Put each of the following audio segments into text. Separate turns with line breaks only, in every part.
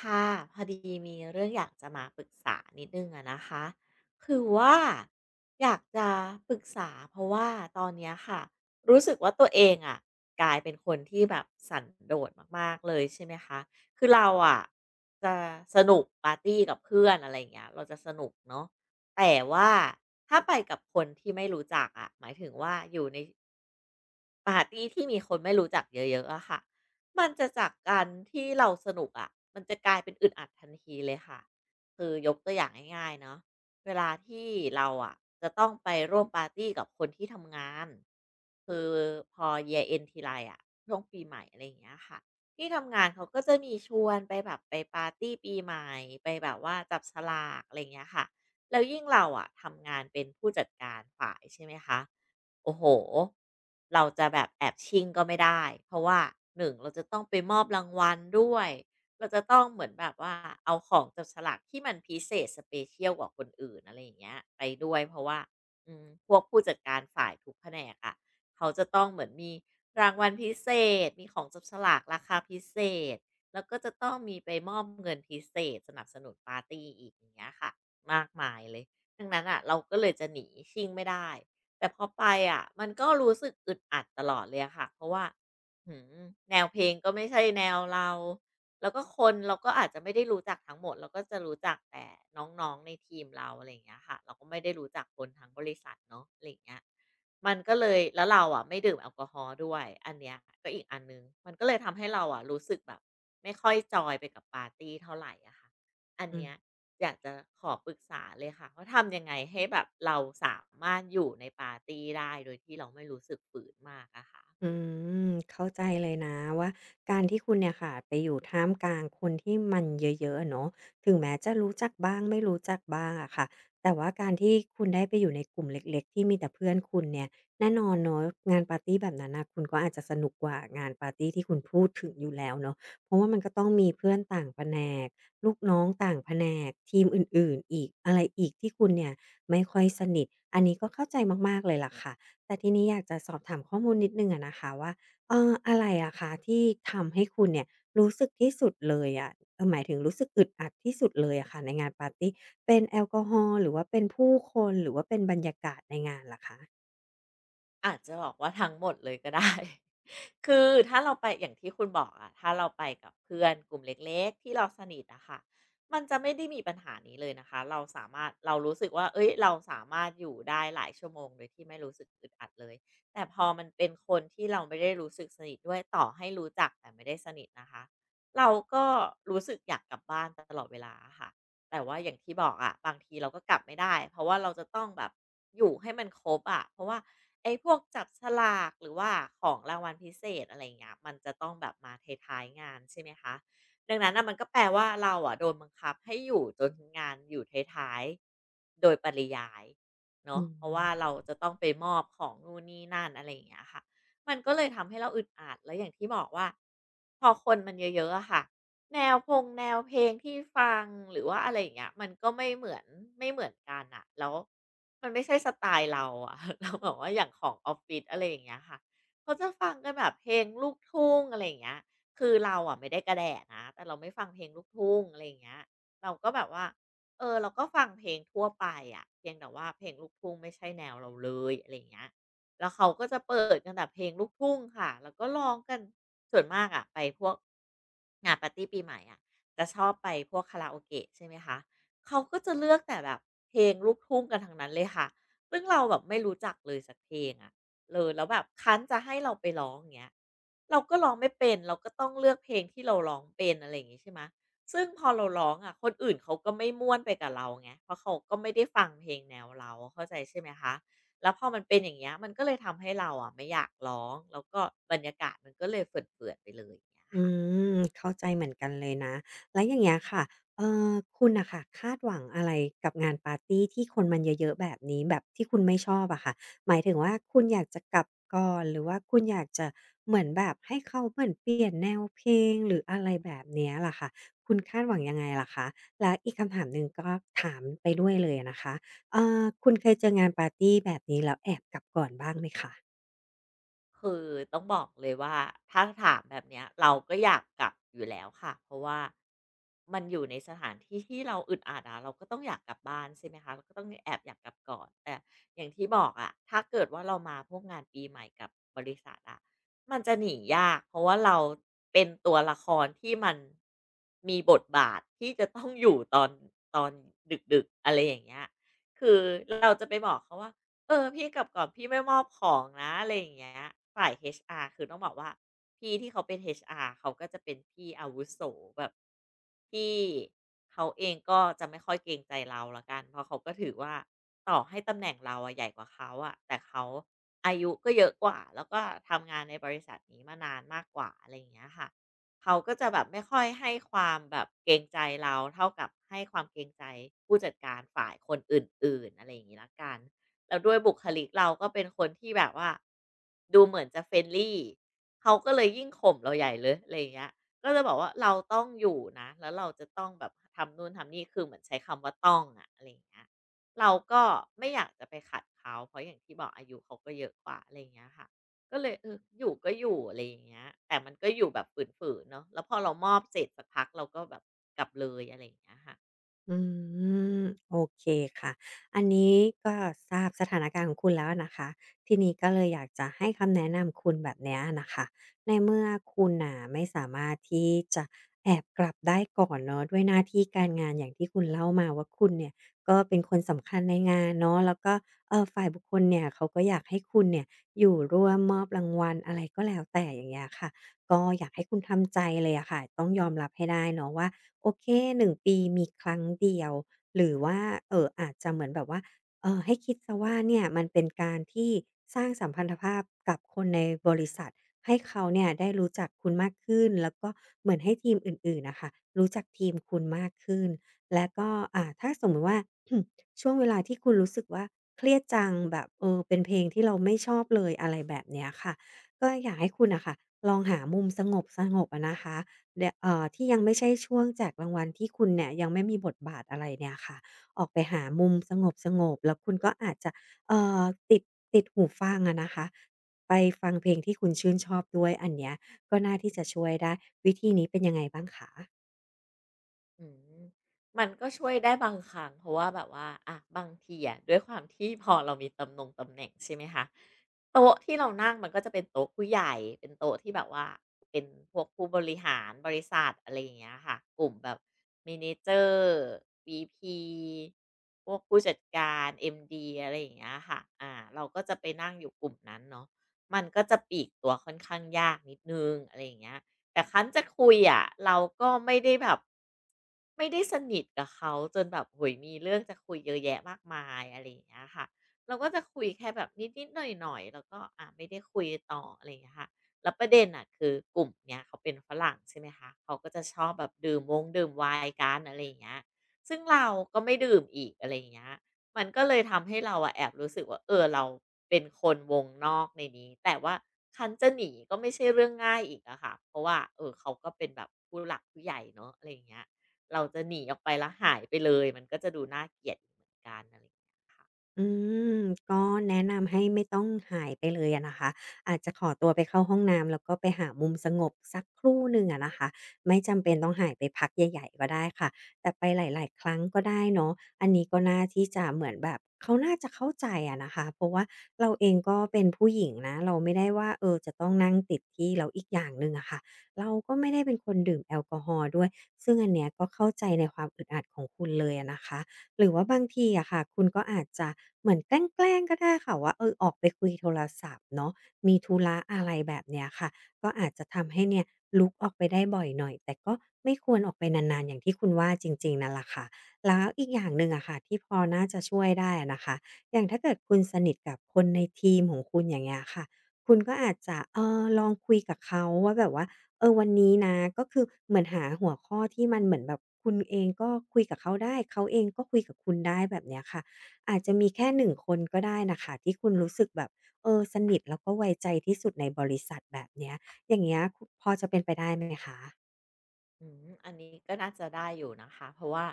ค่ะพอดีมีเรื่องอยากจะมาปรึกษานิดนึงอะนะคะคือว่าอยากจะปรึกษาเพราะว่าตอนเนี้ยค่ะรู้สึกว่าตัวเองอะกลายเป็นคนที่แบบสันโดษมากๆเลยใช่ไหมคะคือเราอะจะสนุกปาร์ตี้กับเพื่อนอะไรอย่างเงี้ยเราจะสนุกเนาะแต่ว่าถ้าไปกับคนที่ไม่รู้จักอะหมายถึงว่าอยู่ใน ปาร์ตีที่มีคนไม่รู้จักเยอะๆอะค่ะมันจะจากการที่เราสนุกอะมันจะกลายเป็นอึดอัดทันทีเลยค่ะ คือยกตัวอย่างง่ายๆเนาะเวลาที่เราอะจะต้องไปร่วมปาร์ตีกับคนที่ทำงานคือพอ year end ทีไรอะช่วงปีใหม่อะไรอย่างเงี้ยค่ะที่ทำงานเขาก็จะมีชวนไปแบบไปปาร์ตี้ปีใหม่ไปแบบว่าจับฉลากอะไรอย่างเงี้ยค่ะแล้วยิ่งเราอะทำงานเป็นผู้จัดการฝ่ายใช่ไหมคะ โอ้โหเราจะแบบแอบชิ่งก็ไม่ได้ เพราะว่า1เราจะต้องไปมอบรางวัลด้วย เราจะต้องเหมือนแบบว่าเอาของจับฉลากที่มันพิเศษสเปเช i ย l กว่าคนอื่นอะไรอย่างเงี้ยไปด้วยเพราะว่าพวกผู้จัดการฝ่ายทุกแผนกอะะเขาจะต้องเหมือนมีรางวัลพิเศษมีของจับฉลากราคาพิเศษแล้วก็จะต้องมีไปมอบเงินพิเศษสนับสนุนปาร์ตี้อีกอย่างเงี้ยค่ะมากมายเลยดังนั้นน่ะเราก็เลยจะหนีชิ่งไม่ได้ แต่พอไปอะมันก็รู้สึกอึดอัดตลอดเลยอะค่ะเพราะว่าหืมแนวเพลงก็ไม่ใช่แนวเราแล้วก็คนเราก็อาจจะไม่ได้รู้จักทั้งหมดเราก็จะรู้จักแต่น้องๆในทีมเราอะไรอย่างเงี้ยค่ะเราก็ไม่ได้รู้จักคนทั้งบริษัทเนาะอะไรอย่างเงี้ยมันก็เลยแล้วเราอะไม่ดื่มแอลกอฮอล์ด้วยอันเนี้ยก็อีกอันนึงมันก็เลยทำให้เราอะรู้สึกแบบไม่ค่อยจอยไปกับปาร์ตีเท่าไหรอะค่ะ อัน
อืม
เนี้ยอยากจะขอปรึกษาเลยค่ะว่าทำยังไงให้แบบเราสามารถอยู่ในปาร์ตีได้โดยที่เราไม่รู้สึกฝืนมากอะค่ะ
อืมเข้าใจเลยนะว่าการที่คุณเนี่ยค่ะไปอยู่ท่ามกลางคนที่มันเยอะๆอะเนาะถึงแม้จะรู้จักบ้างไม่รู้จักบ้างอะค่ะแต่ว่าการที่คุณได้ไปอยู่ในกลุ่มเล็กๆที่มีแต่เพื่อนคุณเนี่ยแน่นอนเนาะงานปาร์ตีแบบนั้นน่ะคุณก็อาจจะสนุกกว่างานปาร์ตีที่คุณพูดถึงอยู่แล้วเนาะเพราะว่ามันก็ต้องมีเพื่อนต่างแผนกลูกน้องต่างแผนกทีมอื่นๆอีกอะไรอีกที่คุณเนี่ยไม่ค่อยสนิทอันนี้ก็เข้าใจมากๆเลยล่ะค่ะ แต่ทีนี้อยากจะสอบถามข้อมูลนิดหนึ่งอะนะคะว่าอะไรอะคะที่ทำให้คุณเนี่ยรู้สึกที่สุดเลยอะหมายถึงรู้สึกอึดอัดที่สุดเลยอะค่ะในงานปาร์ตีเป็นแอลกอฮอล์หรือว่าเป็นผู้คนหรือว่าเป็นบรรยากาศในงานเหรอคะ
อาจจะบอกว่าทั้งหมดเลยก็ได้ คือถ้าเราไปอย่างที่คุณบอกอะถ้าเราไปกับเพื่อนกลุ่มเล็กๆที่เราสนิทอะค่ะมันจะไม่ได้มีปัญหานี้เลยนะคะเราสามารถเรารู้สึกว่าเอ้ยเราสามารถอยู่ได้หลายชั่วโมงโดยที่ไม่รู้สึกอึดอัดเลยแต่พอมันเป็นคนที่เราไม่ได้รู้สึกสนิทด้วยต่อให้รู้จักแต่ไม่ได้สนิทนะคะเราก็รู้สึกอยากกลับบ้านตลอดเวลาค่ะ แต่ว่าอย่างที่บอกอะบางทีเราก็กลับไม่ได้เพราะว่าเราจะต้องแบบอยู่ให้มันครบอะเพราะว่าไอ้พวกจับฉลากหรือว่าของรางวัลพิเศษอะไรเงี้ยมันจะต้องแบบมาท้ายๆงานใช่ไหมคะดังนั้นนะมันก็แปลว่าเราอะโดนบังคับให้อยู่จนงานอยู่ท้ายๆโดยปริยาย
อื
เนาะเพราะว่า
ม
เราจะต้องไปมอบของนู่นนี่นั่นอะไรอย่างเงี้ยค่ะมันก็เลยทำให้เราอึดอัดแล้วอย่างที่บอกว่าพอคนมันเยอะๆอะค่ะ แนวเพลงที่ฟังหรือว่าอะไรอย่างเงี้ยมันก็ไม่เหมือนกันน่ะแล้วมันไม่ใช่สไตล์เราอะ เลาแบบว่าอย่างของออฟฟิศอะไรอย่างเงี้ยค่ะเขาจะฟังกันแบบเพลงลูกทุ่งอะไรอย่างเงี้ยคือเราอะไม่ได้กระแด่นะแต่เราไม่ฟังเพลงลูกทุ่งอะไรอย่างเงี้ยเราก็แบบว่าเออเราก็ฟังเพลงทั่วไปอะเพียงแต่ว่าเพลงลูกทุ่งไม่ใช่แนวเราเลยอะไรอย่างเงี้ย แล้วเขาก็จะเปิดกันแต่เพลงลูกทุ่งค่ะแล้วก็ร้องกัน ส่วนมากอะไปพวกงานปาร์ตีปีใหม่อะจะชอบไปพวกคาราโอเกะใช่ไหมคะเขาก็จะเลือกแต่แบบเพลงลูกทุ่งกันทั้งนั้นเลยค่ะซึ่งเราแบบไม่รู้จักเลยสักเพลงอะเลยแล้วแบบคั้นจะให้เราไปร้องอย่างเงี้ยเราก็ร้องไม่เป็นเราก็ต้องเลือกเพลงที่เราร้องเป็นอะไรอย่างงี้ใช่ไหมซึ่งพอเราร้องอะคนอื่นเขาก็ไม่ม่วนไปกับเราไงเพราะเขาก็ไม่ได้ฟังเพลงแนวเราเข้าใจใช่ไหมคะ แล้วพอมันเป็นอย่างเงี้ยมันก็เลยทำให้เราอะไม่อยากร้องแล้วก็บรรยากาศมันก็เลยเฝื่อนๆไปเลยอย่างเงี้ย
อื
ค่ะ
มเข้าใจเหมือนกันเลยนะแล้วอย่างเงี้ยค่ะเอ่อคุณน่ะค่ะคาดหวังอะไรกับงานปาร์ตีที่คนมันเยอะๆแบบนี้แบบที่คุณไม่ชอบอะค่ะหมายถึงว่าคุณอยากจะกลับก่อนหรือว่าคุณอยากจะเหมือนแบบให้เขาเหมือนเปลี่ยนแนวเพลงหรืออะไรแบบเนี้ยล่ะค่ะคุณคาดหวังยังไงล่ะคะแล้วอีกคำถามหนึ่งก็ถามไปด้วยเลยอะนะคะคุณเคยเจองานปาร์ตีแบบนี้แล้วแอบกลับก่อนบ้างไหมคะ
คือต้องบอกเลยว่าถ้าถามแบบเนี้ยเราก็อยากกลับอยู่แล้วค่ะเพราะว่ามันอยู่ในสถานที่ที่เราอึดอัดอะเราก็ต้องอยากกลับบ้านใช่ไหมคะเราก็ต้องแอบอยากกลับก่อนแต่อย่างที่บอกอะถ้าเกิดว่าเรามาพวกงานปีใหม่กับบริษัทอะมันจะหนียากเพราะว่าเราเป็นตัวละครที่มันมีบทบาทที่จะต้องอยู่ตอนดึกๆอะไรอย่างเงี้ยคือเราจะไปบอกเขาว่า เออพี่กลับก่อนพี่ไม่มอบของนะอะไรอย่างเงี้ยฝ่าย HR คือต้องบอกว่าพี่ที่เขาเป็น HR เขาก็จะเป็นพี่อาวุโสแบบที่เขาเองก็จะไม่ค่อยเกรงใจเราละกันเพราะเขาก็ถือว่าต่อให้ตำแหน่งเราอะใหญ่กว่าเขาอะแต่เขาอายุก็เยอะกว่าแล้วก็ทำงานในบริษัทนี้มานานมากกว่าอะไรอย่างเงี้ยค่ะเขาก็จะแบบไม่ค่อยให้ความแบบเกรงใจเราเท่ากับให้ความเกรงใจผู้จัดการฝ่ายคนอื่นๆอะไรอย่างงี้ละกัน แล้วด้วยบุคลิกเราก็เป็นคนที่แบบว่าดูเหมือนจะ f r ร e n ี l y เขาก็เลยยิ่งข่มเราใหญ่เลยอะไรอย่างเงี้ยก็จะบอกว่าเราต้องอยู่นะแล้วเราจะต้องแบบทำนู่นทำนี่คือเหมือนใช้คำว่าต้องอะอะไรอย่างเงี้ยเราก็ไม่อยากจะไปขัดเขาเพราะอย่างที่บอกอายุเขาก็เยอะกว่าอะไรอย่างเงี้ยค่ะก็เลยเอออยู่ก็อยู่อะไรอย่างเงี้ยแต่มันก็อยู่แบบฝืนๆเนาะแล้วพอเรามอบเสร็จสักพักเราก็แบบกลับเลยอะไรอย่างเงี้ยค่ะ
อืมโอเคค่ะอันนี้ก็ทราบสถานการณ์ของคุณแล้วนะคะทีนี้ก็เลยอยากจะให้คำแนะนำคุณแบบเนี้ยน่ะคะในเมื่อคุณน่ะไม่สามารถที่จะแอบกลับได้ก่อนเนาะด้วยหน้าที่การงานอย่างที่คุณเล่ามาว่าคุณเนี่ยก็เป็นคนสำคัญในงานเนาะแล้วก็เออฝ่ายบุคคลเนี่ยเขาก็อยากให้คุณเนี่ยอยู่ร่วมมอบรางวัลอะไรก็แล้วแต่อย่างเงี้ยค่ะก็อยากให้คุณทำใจเลยอะค่ะต้องยอมรับให้ได้เนาะว่า โอเค1ปีมีครั้งเดียวหรือว่าอาจจะเหมือนแบบว่าให้คิดเสียว่าเนี่ยมันเป็นการที่สร้างสัมพันธภาพกับคนในบริษัทให้เขาเนี่ยได้รู้จักคุณมากขึ้นแล้วก็เหมือนให้ทีมอื่นๆน่ะค่ะรู้จักทีมคุณมากขึ้นและก็อ่าถ้าสมมุติว่า ช่วงเวลาที่คุณรู้สึกว่าเครียดจังแบบเออเป็นเพลงที่เราไม่ชอบเลยอะไรแบบเนี้ยค่ะก็อยากให้คุณน่ะค่ะลองหามุมสงบๆอะนะคะ และที่ยังไม่ใช่ช่วงแจกรางวัลที่คุณเนี่ยยังไม่มีบทบาทอะไรเนี่ยค่ะออกไปหามุมสงบๆแล้วคุณก็อาจจะเอ่อติดติดหูฟังอะนะคะไปฟังเพลงที่คุณชื่นชอบด้วยอันเนี้ยก็น่าที่จะช่วยได้วิธีนี้เป็นยังไงบ้างคะ
อืมมันก็ช่วยได้บางครั้งเพราะว่าแบบว่าอะบางทีอะด้วยความที่พอเรามีตำแหนงตำแหน่งใช่ไหมคะโต๊ะที่เรานั่งมันก็จะเป็นโต๊ะผู้ใหญ่เป็นโต๊ะที่แบบว่าเป็นพวกผู้บริหารบริษัทอะไรอย่างเงี้ยค่ะกลุ่มแบบ Manager VP พวกผู้จัดการ MD อมดีอะไรอย่างเงี้ยค่ะอ่าเราก็จะไปนั่งอยู่กลุ่มนั้นเนาะมันก็จะปลีกตัวค่อนข้างยากนิดหนึ่งอะไรอย่างเงี้ย แต่คั้นจะคุยอะเราก็ไม่ได้แบบไม่ได้สนิทกับเขาจนแบบโอ้โฮมีเรื่องจะคุยเยอะแยะมากมายอะไรอย่างเงี้ยค่ะเราก็จะคุยแค่แบบนิดๆหน่อยๆแล้วก็อ่าไม่ได้คุยต่ออะไรอย่างเงี้ยค่ะแล้วประเด็นน่ะคือกลุ่มเนี้ยเขาเป็นฝรั่งใช่ไหมคะเขาก็จะชอบแบบดื่มวงดื่มไวน์กันอะไรอย่างเงี้ยซึ่งเราก็ไม่ดื่มอีกอะไรอย่างเงี้ย มันก็เลยทำให้เราอะแอบรู้สึกว่าเออเราเป็นคนวงนอกในนี้แต่ว่าคันจะหนีก็ไม่ใช่เรื่องง่ายอีกอะค่ะเพราะว่าเออเขาก็เป็นแบบผู้หลักผู้ใหญ่เนาะอะไรอย่างเงี้ยเราจะหนีออกไปแล้วหายไปเลยมันก็จะดูน่าเกลียดอีกเหมือนกันอะไรอย่างเงี้ยค่ะ
อืมก็แนะนำให้ไม่ต้องหายไปเลยอะนะคะอาจจะขอตัวไปเข้าห้องน้ำแล้วก็ไปหามุมสงบสักครู่หนึ่งอะนะคะไม่จำเป็นต้องหายไปพักใหญ่ๆก็ได้ค่ะแต่ไปหลายๆครั้งก็ได้เนาะอันนี้ก็น่าที่จะเหมือนแบบเขาน่าจะเข้าใจอะนะคะเพราะว่าเราเองก็เป็นผู้หญิงนะเราไม่ได้ว่าเออจะต้องนั่งติดที่แล้วอีกอย่างหนึ่งอะค่ะเราก็ไม่ได้เป็นคนดื่มแอลกอฮอล์ด้วยซึ่งอันเนี้ยก็เข้าใจในความอึดอัดของคุณเลยอะนะคะ หรือว่าบางทีอะค่ะคุณก็อาจจะเหมือนแกล้งๆก็ได้ค่ะว่าเออออกไปคุยโทรศัพท์เนาะมีธุระอะไรแบบเนี้ยค่ะก็อาจจะทำให้เนี่ยลุกออกไปได้บ่อยหน่อยแต่ก็ไม่ควรออกไปนานๆอย่างที่คุณว่าจริงๆนั่นแหละค่ะแล้วอีกอย่างหนึ่งอะค่ะที่พอน่าจะช่วยได้อะนะคะอย่างถ้าเกิดคุณสนิทกับคนในทีมของคุณอย่างเงี้ยค่ะคุณก็อาจจะเออลองคุยกับเขาว่าแบบว่า เออวันนี้นะก็คือเหมือนหาหัวข้อที่มันเหมือนแบบคุณเองก็คุยกับเขาได้เขาเองก็คุยกับคุณได้แบบเนี้ยค่ะอาจจะมีแค่หนึ่งคนก็ได้น่ะค่ะที่คุณรู้สึกแบบเออสนิทแล้วก็ไว้ใจที่สุดในบริษัทแบบเนี้ยอย่างเงี้ยคุพอจะเป็นไปได้ไหมคะ
อืมอันนี้ก็น่าจะได้อยู่นะคะเพราะว่า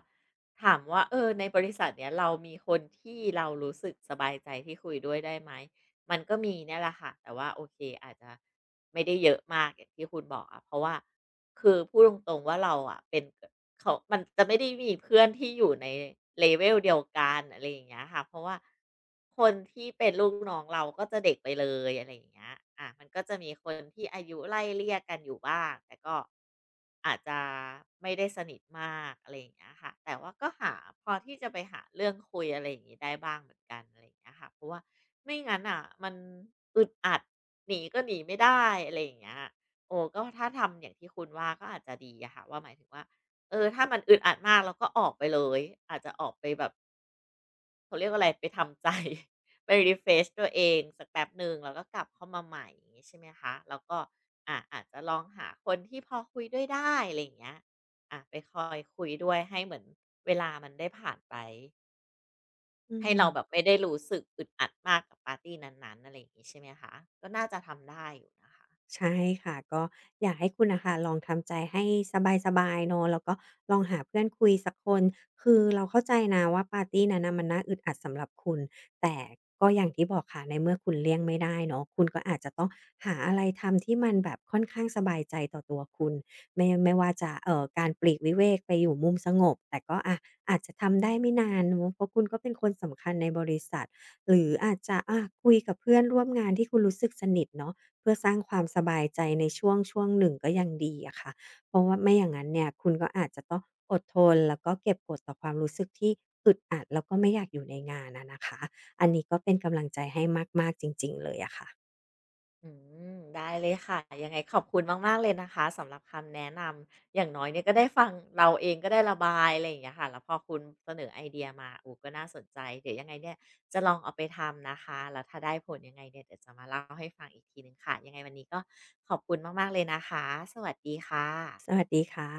ถามว่าเออในบริษัทเนี้ยเรามีคนที่เรารู้สึกสบายใจที่คุยด้วยได้ไหมมันก็มีเนี่ยแหละค่ะแต่ว่าโอเคอาจจะไม่ได้เยอะมากอย่างที่คุณบอกอะเพราะว่าคือพูดตรงๆว่าเราอะเป็นเขามันจะไม่ได้มีเพื่อนที่อยู่ในเลเวลเดียวกันอะไรอย่างเงี้ยค่ะเพราะว่าคนที่เป็นลูกน้องเราก็จะเด็กไปเลยอะไรอย่างเงี้ยอ่ะมันก็จะมีคนที่อายุไล่เลี่ยกันอยู่บ้างแต่ก็ อาจจะไม่ได้สนิทมากอะไรอย่างเงี้ยค่ะแต่ว่าก็หาพอที่จะไปหาเรื่องคุยอะไรอย่างงี้ได้บ้างเหมือนกันอะไรอย่างเงี้ยค่ะเพราะว่าไม่งั้นอ่ะมันอึดอัดหนีก็หนีไม่ได้อะไรอย่างเงี้ยโอ้ก็ถ้าทำอย่างที่คุณว่าก็อาจจะดีอะค่ะว่าหมายถึงว่าเออถ้ามันอึดอัดมากเราก็ออกไปเลยอาจจะออกไปแบบ เขาเรียกว่าอะไรไปทำใจ ไป refresh ตัวเองสักแป๊บหนึ่งแล้วก็กลับเข้ามาใหม่อย่างงี้ใช่ไหมคะแล้วก็อ่าอาจจะลองหาคนที่พอคุยด้วยได้อะไรอย่างเงี้ยอ่าไปคอยคุยด้วยให้เหมือนเวลามันได้ผ่านไป
อื
ให้เราแบบ
ม
ไม่ได้รู้สึกอึดอัดมากกับปาร์ตี้นั้นๆอะไรอย่างงี้ใช่ไหมคะก็น่าจะทำได้อยู่นะคะ
ใช่ค่ะก็อยากให้คุณนะคะลองทำใจให้สบายๆเนอะแล้วก็ลองหาเพื่อนคุยสักคนคือเราเข้าใจนะว่าปาร์ตีนั้นนะมันน่าอึดอัดสำหรับคุณแต่ก็อย่างที่บอกค่ะในเมื่อคุณเลี่ยงไม่ได้เนาะคุณก็อาจจะต้องหาอะไรทำที่มันแบบค่อนข้างสบายใจต่อตัวคุณไม่ว่าจะการปลีกวิเวกไปอยู่มุมสงบแต่ก็อะอาจจะทำได้ไม่นานเนาะเพราะคุณก็เป็นคนสำคัญในบริษัทหรืออาจจะอะคุยกับเพื่อนร่วมงานที่คุณรู้สึกสนิทเนาะ เพื่อสร้างความสบายใจในช่วงหนึ่งก็ยังดีอะค่ะเพราะว่าไม่อย่างนั้นเนี่ยคุณก็อาจจะต้องอดทนแล้วก็เก็บกดต่อความรู้สึกที่อึดอัดแล้วก็ไม่อยากอยู่ในงานอะนะคะ อันนี้ก็เป็นกำลังใจให้มากๆจริงๆเลยอะค่ะ
อืมได้เลยค่ะยังไงขอบคุณมากๆเลยนะคะสำหรับคำแนะนำอย่างน้อยเนี่ยก็ได้ฟังเราเองก็ได้ระบายอะไรอย่างเงี้ยค่ะแล้วพอคุณเสนอไอเดียมาโอ้ก็น่าสนใจเดี๋ยวยังไงเนี่ยจะลองเอาไปทำนะคะแล้วถ้าได้ผลยังไงเนี่ยเดี๋ยวจะมาเล่าให้ฟังอีกทีหนึ่งค่ะยังไงวันนี้ก็ขอบคุณมากๆเลยนะคะสวัสดีค่
ส
ะ
วัสดีค่ะ